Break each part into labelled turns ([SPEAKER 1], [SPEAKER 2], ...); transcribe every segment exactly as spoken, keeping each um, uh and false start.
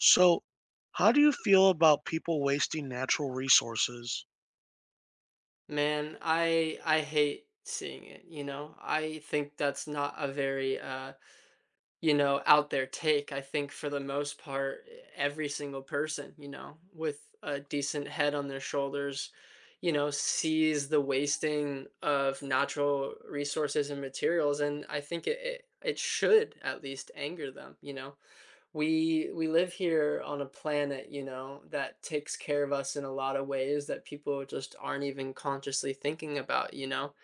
[SPEAKER 1] So, how do you feel about people wasting natural resources?
[SPEAKER 2] Man, I I hate seeing it, you know? I think that's not a very uh, you know, out there take. I think for the most part, e- every single person, you know, with a decent head on their shoulders, you know, sees the wasting of natural resources and materials, and I think it it, it should at least anger them, you know? we we live here on a planet you know that takes care of us in a lot of ways that people just aren't even consciously thinking about you know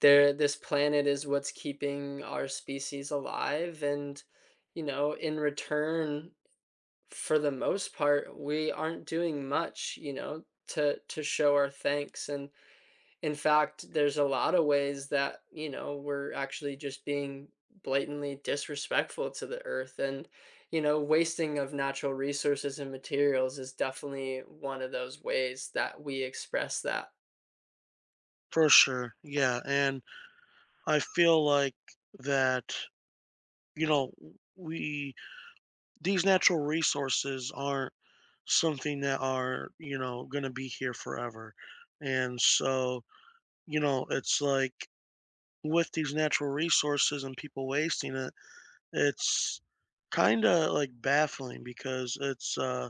[SPEAKER 2] there This planet is what's keeping our species alive, and you know in return, for the most part, we aren't doing much you know to to show our thanks. And in fact, there's a lot of ways that, you know, we're actually just being blatantly disrespectful to the earth. And, you know, wasting of natural resources and materials is definitely one of those ways that we express that.
[SPEAKER 1] For sure. Yeah. And I feel like that, you know, we, these natural resources aren't something that are, you know, going to be here forever. And so, you know, it's like with these natural resources and people wasting it, it's kind of like baffling because it's, uh,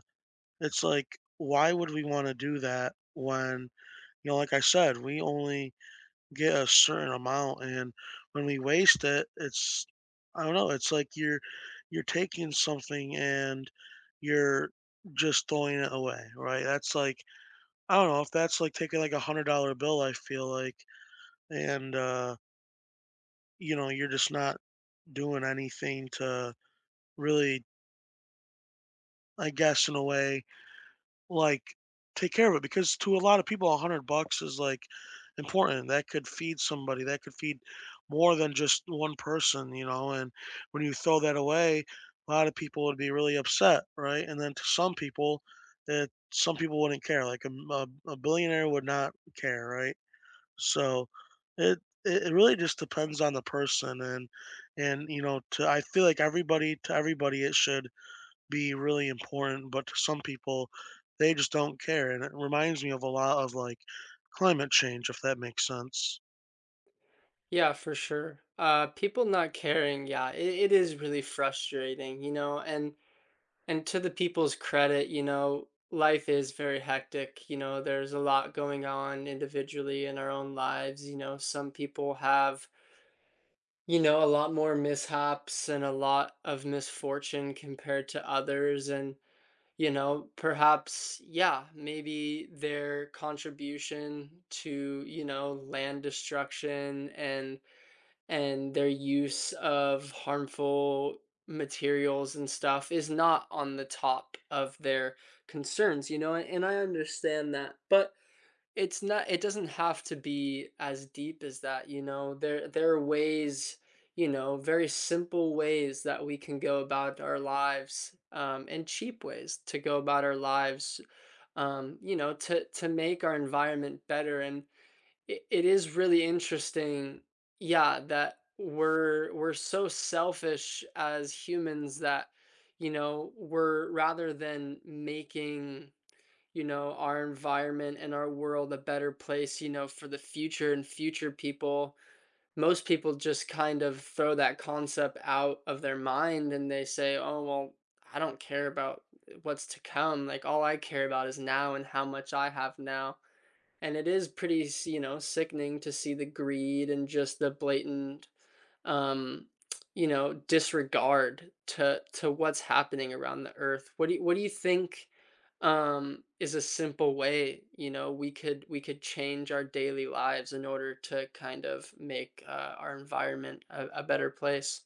[SPEAKER 1] it's like, why would we want to do that when... You know, like I said, we only get a certain amount, and when we waste it, it's I don't know. It's like you're you're taking something and you're just throwing it away, right? That's like I don't know if that's like taking like a hundred dollar bill. I feel like, and uh, you know, you're just not doing anything to really, I guess, in a way, like, take care of it, because to a lot of people, a hundred bucks is like important. That could feed somebody. That could feed more than just one person, you know. And when you throw that away, a lot of people would be really upset, right? And then to some people, it some people wouldn't care. Like a a a billionaire would not care, right? So it it it really just depends on the person. And and you know to I feel like everybody to everybody it should be really important, but to some people, they just don't care. And it reminds me of a lot of like climate change, if that makes sense.
[SPEAKER 2] Yeah, for sure. Uh, people not caring, yeah, it, it is really frustrating, you know, and and to the people's credit, you know, life is very hectic. You know, there's a lot going on individually in our own lives. You know, some people have You know, a lot more mishaps and a lot of misfortune compared to others. And, you know, perhaps, yeah, maybe their contribution to, you know, land destruction and and their use of harmful materials and stuff is not on the top of their concerns, you know, and, and I understand that. But it's not it doesn't have to be as deep as that, you know? There there are ways, you know, very simple ways that we can go about our lives, um, and cheap ways to go about our lives, um, you know, to to make our environment better. And it, it is really interesting, yeah, that we're we're so selfish as humans that, you know, we're rather than making you know, our environment and our world a better place, you know, for the future and future people. Most people just kind of throw that concept out of their mind and they say, oh, well, I don't care about uh, what's to come. Like, all I care about is now and how much I have now. And it is pretty, s- you know, sickening to see the greed and just the blatant, um, you know, disregard to to what's happening around the earth. What do you, what do you think um is a simple way you know we could we could change our daily lives in order to kind of make uh, our environment a, a better place?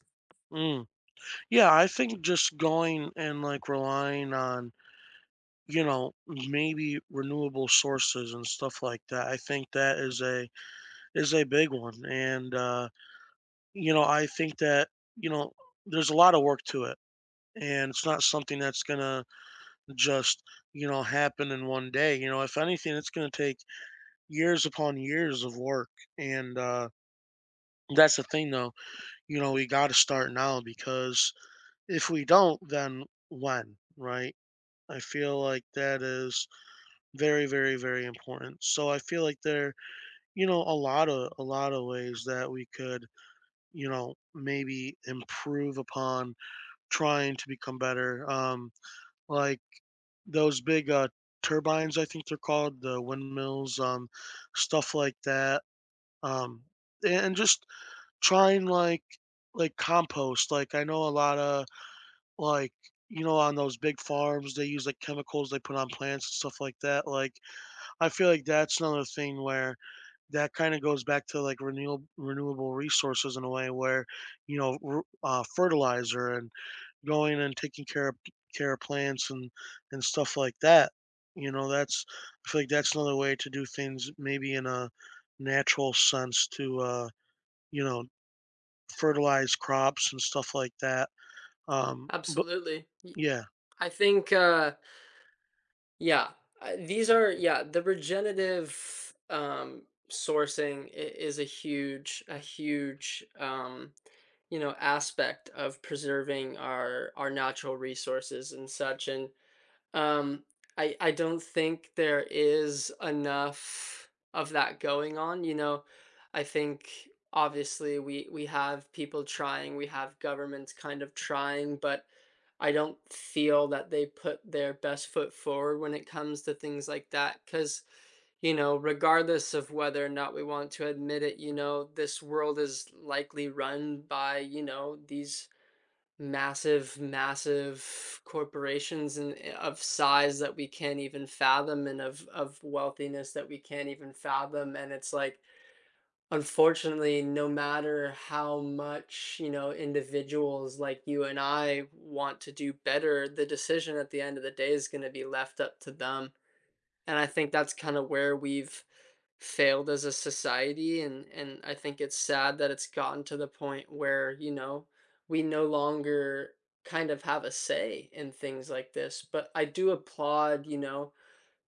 [SPEAKER 1] Mm. Yeah, I think just going and, like, relying on, you know, maybe renewable sources and stuff like that. I think that is a is a big one. And uh, you know, I think that, you know, there's a lot of work to it. And it's not something that's gonna just, you know, happen in one day. You know, if anything, it's gonna take years upon years of work. And uh, that's the thing, though. You know, we got to start now, because if we don't, then when, right? I feel like that is very, very, very important. So I feel like there, you know, a lot of a lot of ways that we could, you know, maybe improve upon, trying to become better. Um, like those big uh, turbines, I think they're called, the windmills, um, stuff like that. Um, and and just try and, like like, compost. Like, I know a lot of, like, you know, on those big farms, they use, like, chemicals they put on plants and stuff like that. Like, I feel like that's another thing, where that kinda goes back to, like, renewable renewable resources in a way where, you know, r uh, fertilizer and going and taking care of care of plants and and stuff like that. You know, that's I feel like that's another way to do things, maybe in a natural sense, to uh, you know fertilized crops and stuff like that. Um, but
[SPEAKER 2] Absolutely. Y-
[SPEAKER 1] yeah,
[SPEAKER 2] I think uh yeah, uh, these are, yeah, the regenerative, um sourcing i- is a huge a huge um you know aspect of preserving our our natural resources and such. And Um, I I don't think there is enough of that going on, you know? I think obviously we we have people trying, we have governments kind of trying, but I don't feel that they put their best foot forward when it comes to things like that. Because you know, regardless of whether or not we want to admit it, you know, this world is likely run by, you know, these massive, massive corporations and eh, of size that we can't even fathom and of of wealthiness that we can't even fathom. And it's like, unfortunately, no matter how much, you know, individuals like you and I want to do better, the decision at the end of the day is gonna be left up to them. And I think that's kind of where we've failed as a society. And and I think it's sad that it's gotten to the point where, you know, we no longer kind of have a say in things like this. But I do applaud, you know,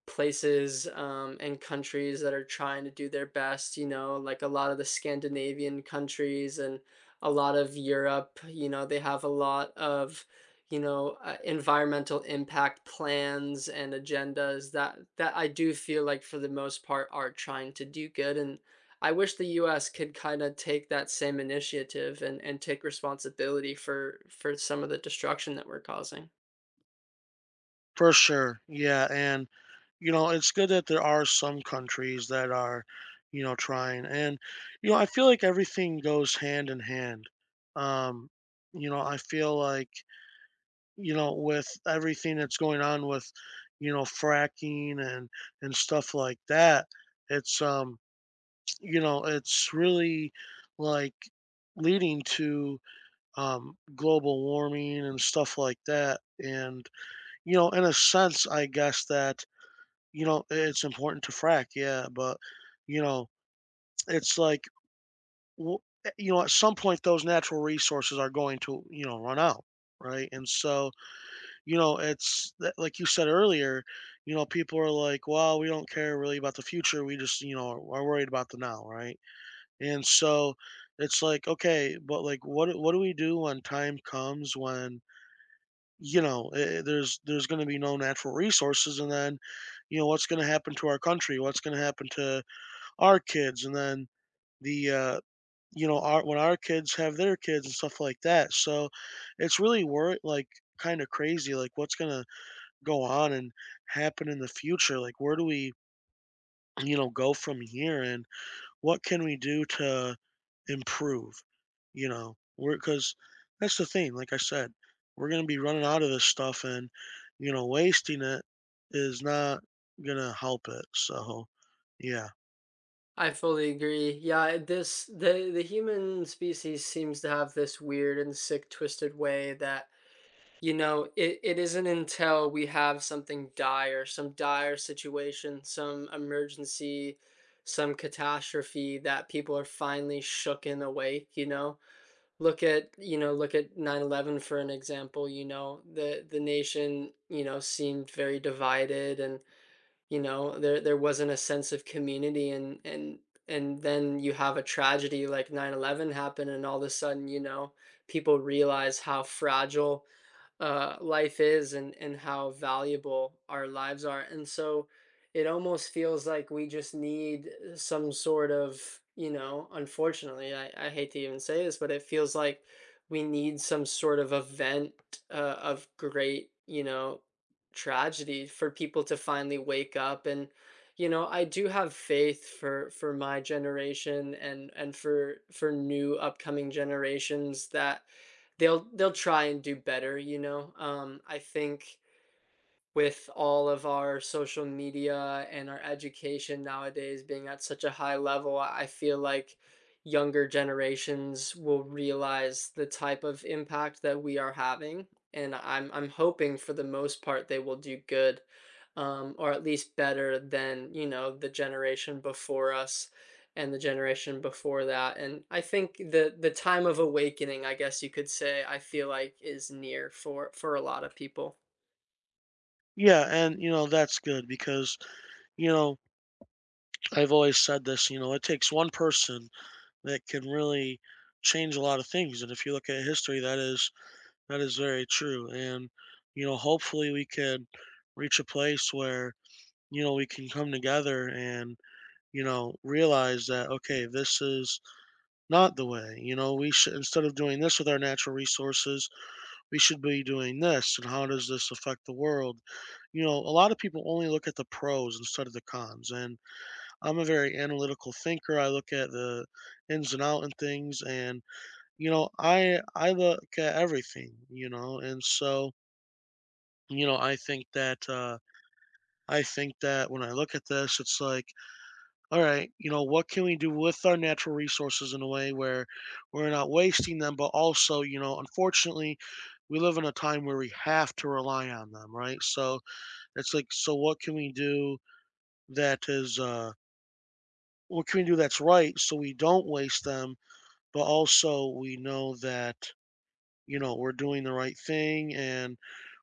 [SPEAKER 2] places, um, and countries that are trying to do their best, you know, like a lot of the Scandinavian countries and a lot of Europe, you know, they have a lot of, you know, uh, environmental impact plans and agendas that that I do feel like for the most part are trying to do good. And I wish the U S could kind of take that same initiative and and take responsibility for for some of the destruction that we're causing.
[SPEAKER 1] for sure. Yeah, and you know, it's good that there are some countries that are, you know, trying. And you know, I feel like everything goes hand in hand. Um, you know, I feel like, you know, with everything that's going on with, you know, fracking and and stuff like that, it's um, you know, it's really like leading to, um, global warming and stuff like that. And, you know, in a sense, I guess that, you know, it's important to frack, yeah, but, you know, it's like, w- eh, you know, at some point, those natural resources are going to, you know, run out. Right. And so, you know, it's that- like you said earlier, you know, people are like, well, we don't care really about the future. We just, you know, are worried about the now. Right. And so it's like, okay, but, like, what, do- what do we do when time comes when, you know, eh, there's there's going to be no natural resources, and then, you know, what's going to happen to our country? What's going to happen to our kids? And then the uh, you know, our when our kids have their kids and stuff like that. So it's really wor like kind of crazy, like what's going to go on and happen in the future? Like where do we, you know, go from here? And what can we do to improve? You know, we're because that's the thing. Like I said, we're gonna be running out of this stuff, and you know, wasting it is not gonna help it. So, yeah,
[SPEAKER 2] I fully agree. Yeah, this the the human species seems to have this weird and sick twisted way that you know, it, it isn't until we have something dire, some dire situation, some emergency, some catastrophe that people are finally shook and awake, you know. Look at, you know, look at nine eleven for an example, you know. The the nation, you know, seemed very divided. And you know there there wasn't a sense of community. And and and then you have a tragedy like nine eleven happen, and all of a sudden you know people realize how fragile uh, life is and and how valuable our lives are. And so it almost feels like we just need uh, some sort of, you know, unfortunately, I, I hate to even say this, but it feels like we need some sort of event uh, of great, you know, tragedy for people to finally wake up. And you know i do have faith for for my generation and and for for new upcoming generations that They'll they'll try and do better, you know? Um, I think with all of our social media and our education nowadays being at such a high level, I feel like younger generations will realize the type of impact that we are having. And I'm I'm hoping for the most part they will do good, um, or at least better than, you know, the generation before us and the generation before that. And I think the the time of awakening, I guess you could say, I feel like is near for for a lot of people.
[SPEAKER 1] yeah, and you know, that's good, because you know, I've always said this. You know, it takes one person that can really change a lot of things, and if you look at history, that is that is very true. And you know, hopefully, we can reach a place where, you know, we can come together and, you know, realize that, okay, this is not the way. You know, we should, instead of doing this with our natural resources, we should be doing this. And how does this affect the world? You know, a lot of people only look at the pros instead of the cons. And I'm a very analytical thinker. I look at the ins and out and things. And, you know, I, I look at everything, you know, and so, you know, I think that, uh, I think that when I look at this, it's like, all right, you know, what can we do with our natural resources in a way where we're not wasting them, but also, you know, unfortunately, we live in a time where we have to rely on them, right? So it's like, so what can we do that is, uh, what can we do that's right, so we don't waste them, but also we know that, you know, we're doing the right thing, and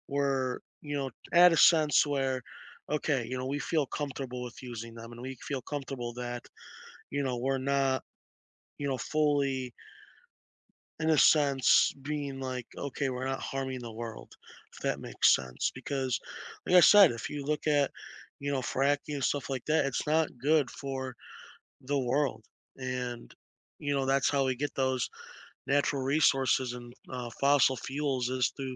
[SPEAKER 1] we're, you know, at a sense where, okay, you know, we feel comfortable with using them, and we feel comfortable that, you know, we're not you know, fully, in a sense, being like, okay, we're not harming the world, if that makes sense. Because, like I said, if you look at, you know, fracking and stuff like that, it's not good for the world. And, you know, that's how we get those natural resources, and uh, fossil fuels, is through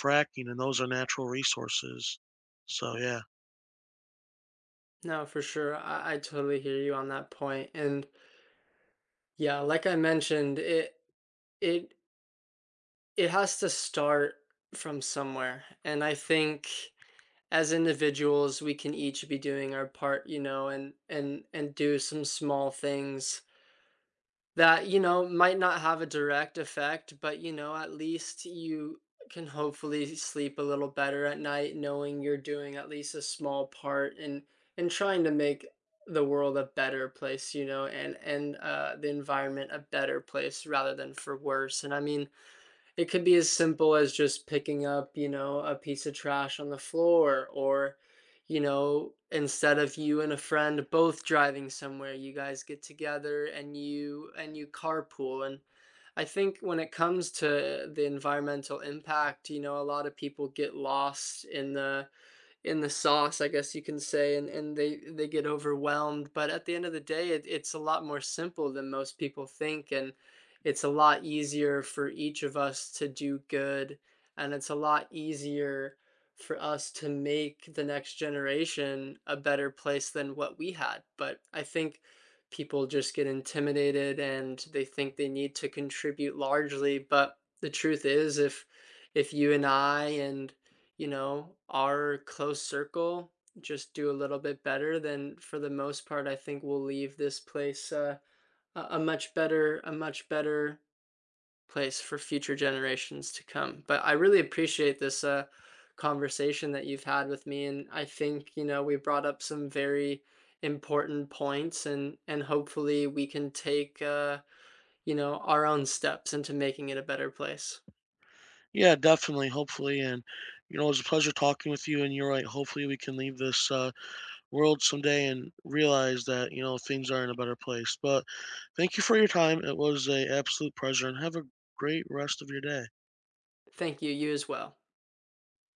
[SPEAKER 1] fracking, and those are natural resources. So, yeah.
[SPEAKER 2] No, for sure. I, I totally hear you on that point. And yeah, like I mentioned, it it it has to start from somewhere. And I think as individuals, we can each be doing our part, you know, and and and do some small things That, you know, might not have a direct effect, but, you know, at least you can hopefully sleep a little better at night knowing you're doing at least a small part in in trying to make the world a better place, you know, and and uh, the environment a better place rather than for worse. And I mean, it could be as simple as just picking up, you know, a piece of trash on the floor, or, you know, instead of you and a friend both driving somewhere, you guys get together and you and you carpool. And I think when it comes to the environmental impact, you know, a lot of people get lost in the in the sauce, I guess you can say, and and they they get overwhelmed. But at the end of the day, it, it's a lot more simple than most people think, and it's a lot easier for each of us to do good, and it's a lot easier for us to make the next generation a better place than what we had. But I think people just get intimidated, and they think they need to contribute largely. But the truth is, if if you and I and you know, our close circle just do a little bit better, then for the most part, I think we'll leave this place uh, a, a much better, a much better place for future generations to come. But I really appreciate this uh, conversation that you've had with me, and I think you know we brought up some very important points, and and hopefully we can take uh, you know our own steps into making it a better place.
[SPEAKER 1] Yeah, definitely. Hopefully. And, you know, it was a pleasure talking with you. And you're right. Hopefully, we can leave this uh, world someday and realize that you know things are in a better place. But thank you for your time. It was a absolute pleasure, and have a great rest of your day.
[SPEAKER 2] Thank you, you as well.